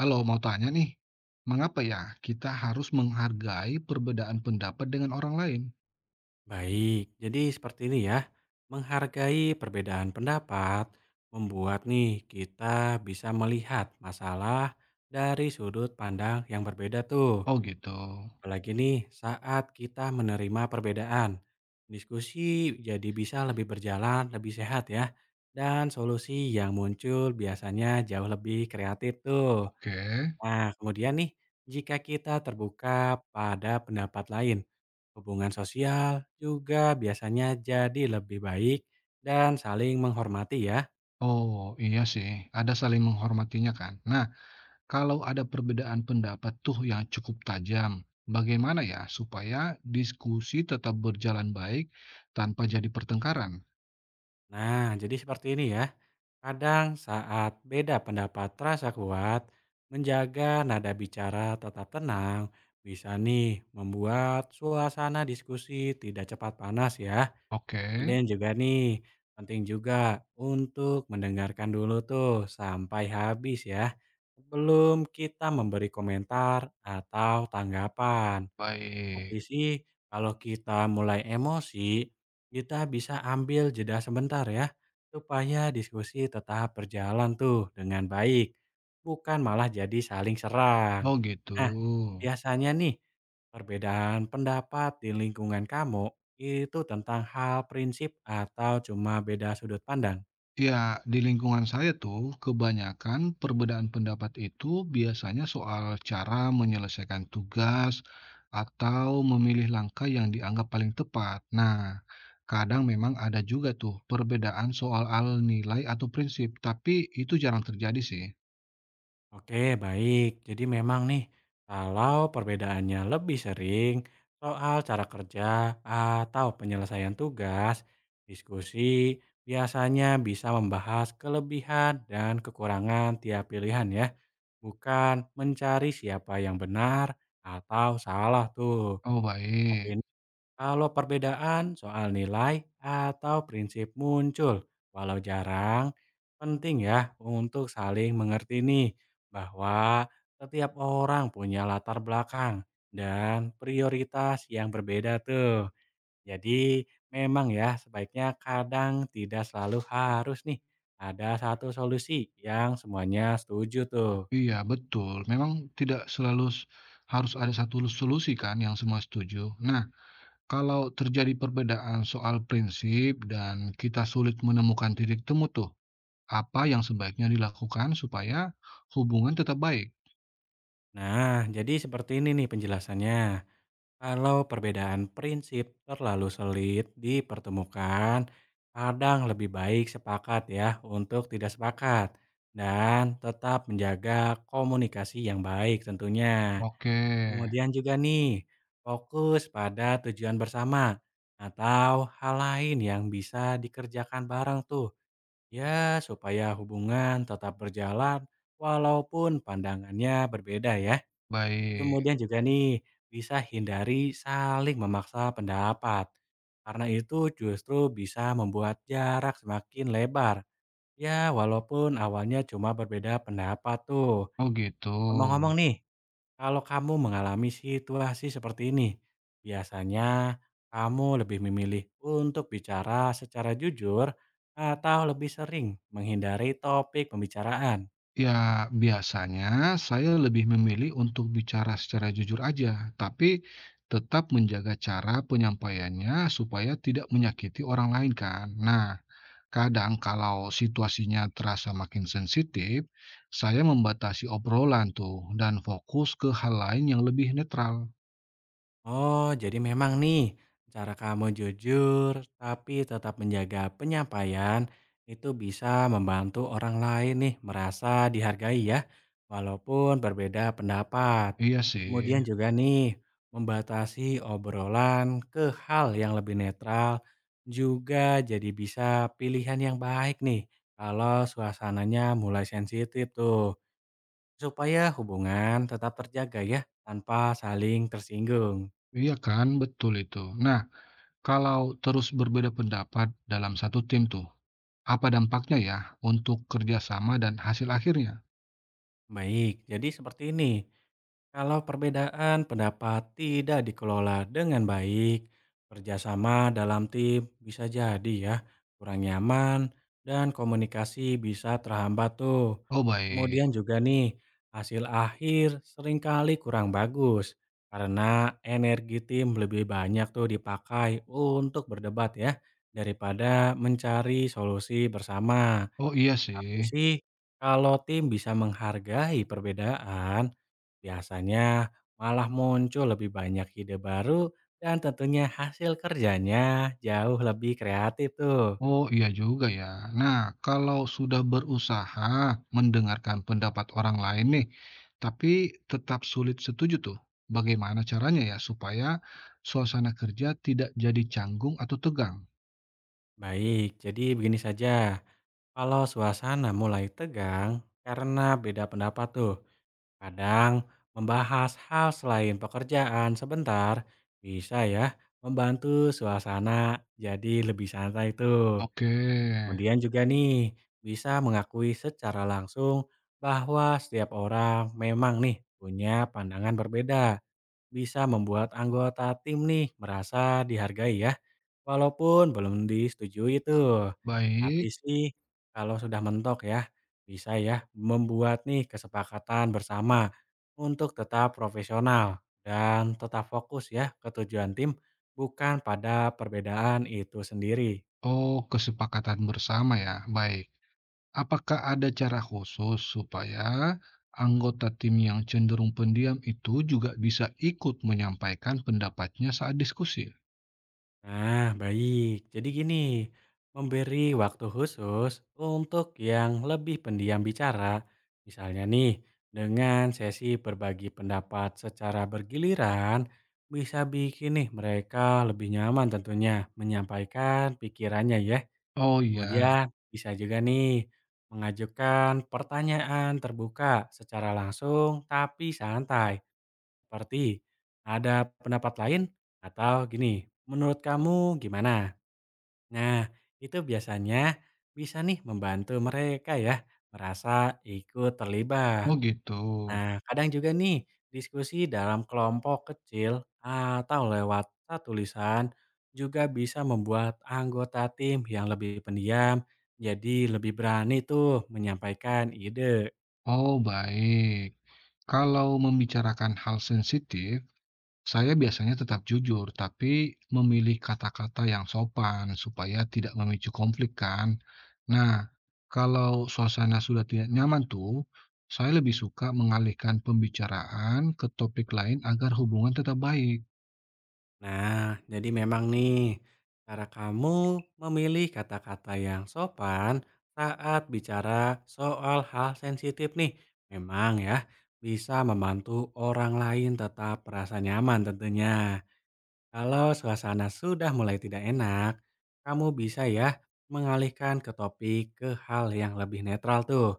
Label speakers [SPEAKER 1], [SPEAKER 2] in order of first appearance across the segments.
[SPEAKER 1] Halo, mau tanya nih, mengapa ya kita harus menghargai perbedaan pendapat dengan orang lain?
[SPEAKER 2] Baik, jadi seperti ini ya. Menghargai perbedaan pendapat membuat nih kita bisa melihat masalah dari sudut pandang yang berbeda tuh.
[SPEAKER 1] Oh gitu.
[SPEAKER 2] Apalagi nih saat kita menerima perbedaan. Diskusi jadi bisa lebih berjalan, lebih sehat ya. Dan solusi yang muncul biasanya jauh lebih kreatif tuh.
[SPEAKER 1] Oke.
[SPEAKER 2] Nah, kemudian nih, jika kita terbuka pada pendapat lain, hubungan sosial juga biasanya jadi lebih baik dan saling menghormati ya.
[SPEAKER 1] Oh iya sih, ada saling menghormatinya kan. Nah, kalau ada perbedaan pendapat tuh yang cukup tajam, bagaimana ya supaya diskusi tetap berjalan baik tanpa jadi pertengkaran?
[SPEAKER 2] Nah, jadi seperti ini ya. Kadang saat beda pendapat terasa kuat, menjaga nada bicara tetap tenang, bisa nih membuat suasana diskusi tidak cepat panas ya.
[SPEAKER 1] Oke,
[SPEAKER 2] Kemudian juga nih, penting juga untuk mendengarkan dulu tuh sampai habis ya, sebelum kita memberi komentar atau tanggapan. Tapi
[SPEAKER 1] baik.
[SPEAKER 2] sih, kalau kita mulai emosi, kita bisa ambil jeda sebentar ya, supaya diskusi tetap berjalan tuh dengan baik, bukan malah jadi saling serang.
[SPEAKER 1] Oh gitu.
[SPEAKER 2] Nah, biasanya nih, perbedaan pendapat di lingkungan kamu itu tentang hal prinsip atau cuma beda sudut pandang?
[SPEAKER 1] Ya, di lingkungan saya tuh kebanyakan perbedaan pendapat itu biasanya soal cara menyelesaikan tugas atau memilih langkah yang dianggap paling tepat. Nah, kadang memang ada juga tuh perbedaan soal nilai atau prinsip, tapi itu jarang terjadi sih.
[SPEAKER 2] Oke, baik. Jadi memang nih, kalau perbedaannya lebih sering soal cara kerja atau penyelesaian tugas, diskusi biasanya bisa membahas kelebihan dan kekurangan tiap pilihan ya, bukan mencari siapa yang benar atau salah tuh.
[SPEAKER 1] Oh, baik.
[SPEAKER 2] Tapi kalau perbedaan soal nilai atau prinsip muncul, walau jarang, penting ya untuk saling mengerti nih bahwa setiap orang punya latar belakang dan prioritas yang berbeda tuh. Jadi memang ya sebaiknya kadang tidak selalu harus nih ada satu solusi yang semuanya setuju tuh.
[SPEAKER 1] Iya, betul. Memang tidak selalu harus ada satu solusi kan yang semua setuju. Nah, kalau terjadi perbedaan soal prinsip dan kita sulit menemukan titik temu tuh, apa yang sebaiknya dilakukan supaya hubungan tetap baik?
[SPEAKER 2] Nah, jadi seperti ini nih penjelasannya. Kalau perbedaan prinsip terlalu sulit dipertemukan, kadang lebih baik sepakat ya untuk tidak sepakat dan tetap menjaga komunikasi yang baik tentunya.
[SPEAKER 1] Oke,
[SPEAKER 2] Kemudian juga nih, fokus pada tujuan bersama atau hal lain yang bisa dikerjakan bareng tuh. Ya, supaya hubungan tetap berjalan walaupun pandangannya berbeda ya.
[SPEAKER 1] baik.
[SPEAKER 2] Kemudian juga nih, bisa hindari saling memaksa pendapat. Karena itu justru bisa membuat jarak semakin lebar. Ya, walaupun awalnya cuma berbeda pendapat tuh.
[SPEAKER 1] Oh gitu.
[SPEAKER 2] Ngomong-ngomong nih, kalau kamu mengalami situasi seperti ini, biasanya kamu lebih memilih untuk bicara secara jujur atau lebih sering menghindari topik pembicaraan?
[SPEAKER 1] Ya, biasanya saya lebih memilih untuk bicara secara jujur aja, tapi tetap menjaga cara penyampaiannya supaya tidak menyakiti orang lain kan. Nah, kadang kalau situasinya terasa makin sensitif, saya membatasi obrolan tuh dan fokus ke hal lain yang lebih netral.
[SPEAKER 2] Oh, jadi memang nih cara kamu jujur tapi tetap menjaga penyampaian itu bisa membantu orang lain nih merasa dihargai ya, walaupun berbeda pendapat.
[SPEAKER 1] Iya sih,
[SPEAKER 2] Kemudian juga nih membatasi obrolan ke hal yang lebih netral juga jadi bisa pilihan yang baik nih kalau suasananya mulai sensitif tuh supaya hubungan tetap terjaga ya tanpa saling tersinggung.
[SPEAKER 1] iya kan, betul itu. Nah, kalau terus berbeda pendapat dalam satu tim tuh, apa dampaknya ya untuk kerjasama dan hasil akhirnya?
[SPEAKER 2] Baik, jadi seperti ini. Kalau perbedaan pendapat tidak dikelola dengan baik, kerjasama dalam tim bisa jadi ya kurang nyaman dan komunikasi bisa terhambat tuh.
[SPEAKER 1] Oh baik,
[SPEAKER 2] Kemudian juga nih, hasil akhir seringkali kurang bagus karena energi tim lebih banyak tuh dipakai untuk berdebat ya daripada mencari solusi bersama.
[SPEAKER 1] oh iya
[SPEAKER 2] Tapi
[SPEAKER 1] sih.
[SPEAKER 2] sih, kalau tim bisa menghargai perbedaan, biasanya malah muncul lebih banyak ide baru dan tentunya hasil kerjanya jauh lebih kreatif tuh.
[SPEAKER 1] Oh iya juga ya. Nah, kalau sudah berusaha mendengarkan pendapat orang lain nih, tapi tetap sulit setuju tuh. Bagaimana caranya ya supaya suasana kerja tidak jadi canggung atau tegang?
[SPEAKER 2] Baik, jadi begini saja. Kalau suasana mulai tegang karena beda pendapat tuh, kadang membahas hal selain pekerjaan sebentar bisa ya membantu suasana jadi lebih santai tuh.
[SPEAKER 1] Oke,
[SPEAKER 2] Kemudian juga nih, bisa mengakui secara langsung bahwa setiap orang memang nih punya pandangan berbeda. Bisa membuat anggota tim nih merasa dihargai ya, walaupun belum disetujui itu. Tapi
[SPEAKER 1] baik.
[SPEAKER 2] sih kalau sudah mentok ya, bisa ya membuat nih kesepakatan bersama untuk tetap profesional dan tetap fokus ya ke tujuan tim, bukan pada perbedaan itu sendiri.
[SPEAKER 1] Oh, kesepakatan bersama ya. Baik. Apakah ada cara khusus supaya anggota tim yang cenderung pendiam itu juga bisa ikut menyampaikan pendapatnya saat diskusi?
[SPEAKER 2] Nah, baik. Jadi gini, memberi waktu khusus untuk yang lebih pendiam bicara, misalnya nih, dengan sesi berbagi pendapat secara bergiliran, bisa bikin nih mereka lebih nyaman tentunya menyampaikan pikirannya ya.
[SPEAKER 1] Oh iya,
[SPEAKER 2] Kemudian bisa juga nih mengajukan pertanyaan terbuka secara langsung tapi santai. Seperti ada pendapat lain atau gini, menurut kamu gimana? Nah, itu biasanya bisa nih membantu mereka ya merasa ikut
[SPEAKER 1] oh
[SPEAKER 2] terlibat.
[SPEAKER 1] gitu.
[SPEAKER 2] Nah, kadang juga nih diskusi dalam kelompok kecil atau lewat satu tulisan juga bisa membuat anggota tim yang lebih pendiam jadi lebih berani tuh menyampaikan ide.
[SPEAKER 1] Oh, baik. Kalau membicarakan hal sensitif, saya biasanya tetap jujur, tapi memilih kata-kata yang sopan supaya tidak memicu konflik, kan? Nah, kalau suasana sudah tidak nyaman tuh, saya lebih suka mengalihkan pembicaraan ke topik lain agar hubungan tetap baik.
[SPEAKER 2] Nah, jadi memang nih, cara kamu memilih kata-kata yang sopan saat bicara soal hal sensitif nih, memang ya bisa membantu orang lain tetap merasa nyaman tentunya. Kalau suasana sudah mulai tidak enak, kamu bisa ya mengalihkan ke topik ke hal yang lebih netral tuh.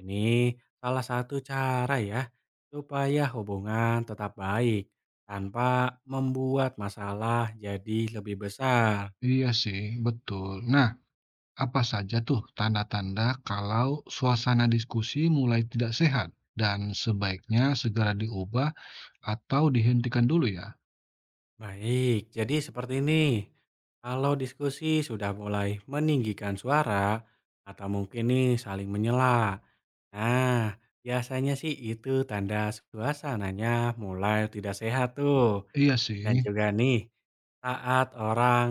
[SPEAKER 2] Ini salah satu cara ya, supaya hubungan tetap baik tanpa membuat masalah jadi lebih besar.
[SPEAKER 1] Iya sih, betul. Nah, apa saja tuh tanda-tanda kalau suasana diskusi mulai tidak sehat dan sebaiknya segera diubah atau dihentikan dulu ya?
[SPEAKER 2] Baik, jadi seperti ini. Kalau diskusi sudah mulai meninggikan suara atau mungkin nih saling menyela. Nah, biasanya sih itu tanda suasananya mulai tidak sehat tuh.
[SPEAKER 1] Iya
[SPEAKER 2] Dan
[SPEAKER 1] sih.
[SPEAKER 2] juga nih, saat orang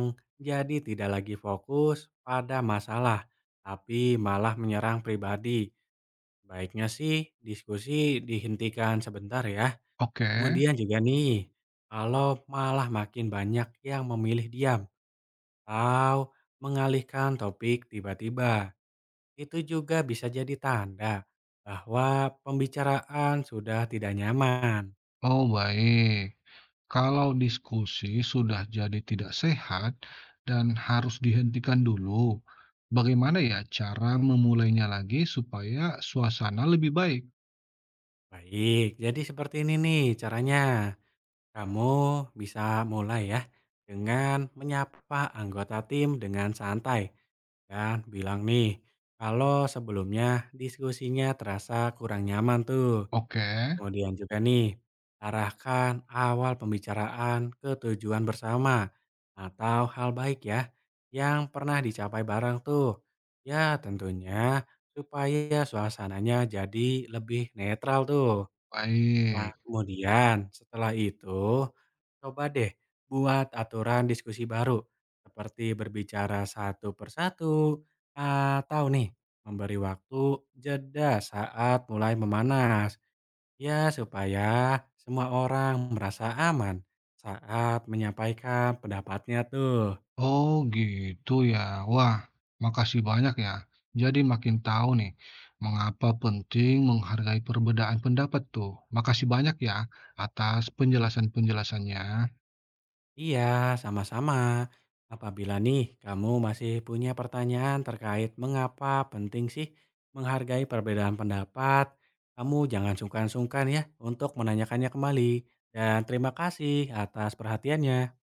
[SPEAKER 2] jadi tidak lagi fokus pada masalah, tapi malah menyerang pribadi. Baiknya sih diskusi dihentikan sebentar ya.
[SPEAKER 1] Oke.
[SPEAKER 2] Kemudian juga nih, kalau malah makin banyak yang memilih diam atau mengalihkan topik tiba-tiba, itu juga bisa jadi tanda bahwa pembicaraan sudah tidak nyaman.
[SPEAKER 1] Oh, baik. Kalau diskusi sudah jadi tidak sehat dan harus dihentikan dulu, bagaimana ya cara memulainya lagi supaya suasana lebih baik?
[SPEAKER 2] Baik, jadi seperti ini nih caranya. Kamu bisa mulai ya dengan menyapa anggota tim dengan santai dan bilang nih kalau sebelumnya diskusinya terasa kurang nyaman tuh.
[SPEAKER 1] Oke,
[SPEAKER 2] Kemudian juga nih arahkan awal pembicaraan ke tujuan bersama atau hal baik ya yang pernah dicapai bareng tuh. Ya tentunya supaya suasananya jadi lebih netral tuh. Nah,
[SPEAKER 1] baik.
[SPEAKER 2] kemudian setelah itu, coba deh buat aturan diskusi baru, seperti berbicara satu persatu, atau nih, memberi waktu jeda saat mulai memanas. Ya, supaya semua orang merasa aman saat menyampaikan pendapatnya tuh.
[SPEAKER 1] Oh, gitu ya. Wah, makasih banyak ya. Jadi makin tahu nih mengapa penting menghargai perbedaan pendapat tuh. Makasih banyak ya atas penjelasan-penjelasannya.
[SPEAKER 2] Iya, sama-sama. Apabila nih kamu masih punya pertanyaan terkait mengapa penting sih menghargai perbedaan pendapat, kamu jangan sungkan-sungkan ya untuk menanyakannya kembali. Dan terima kasih atas perhatiannya.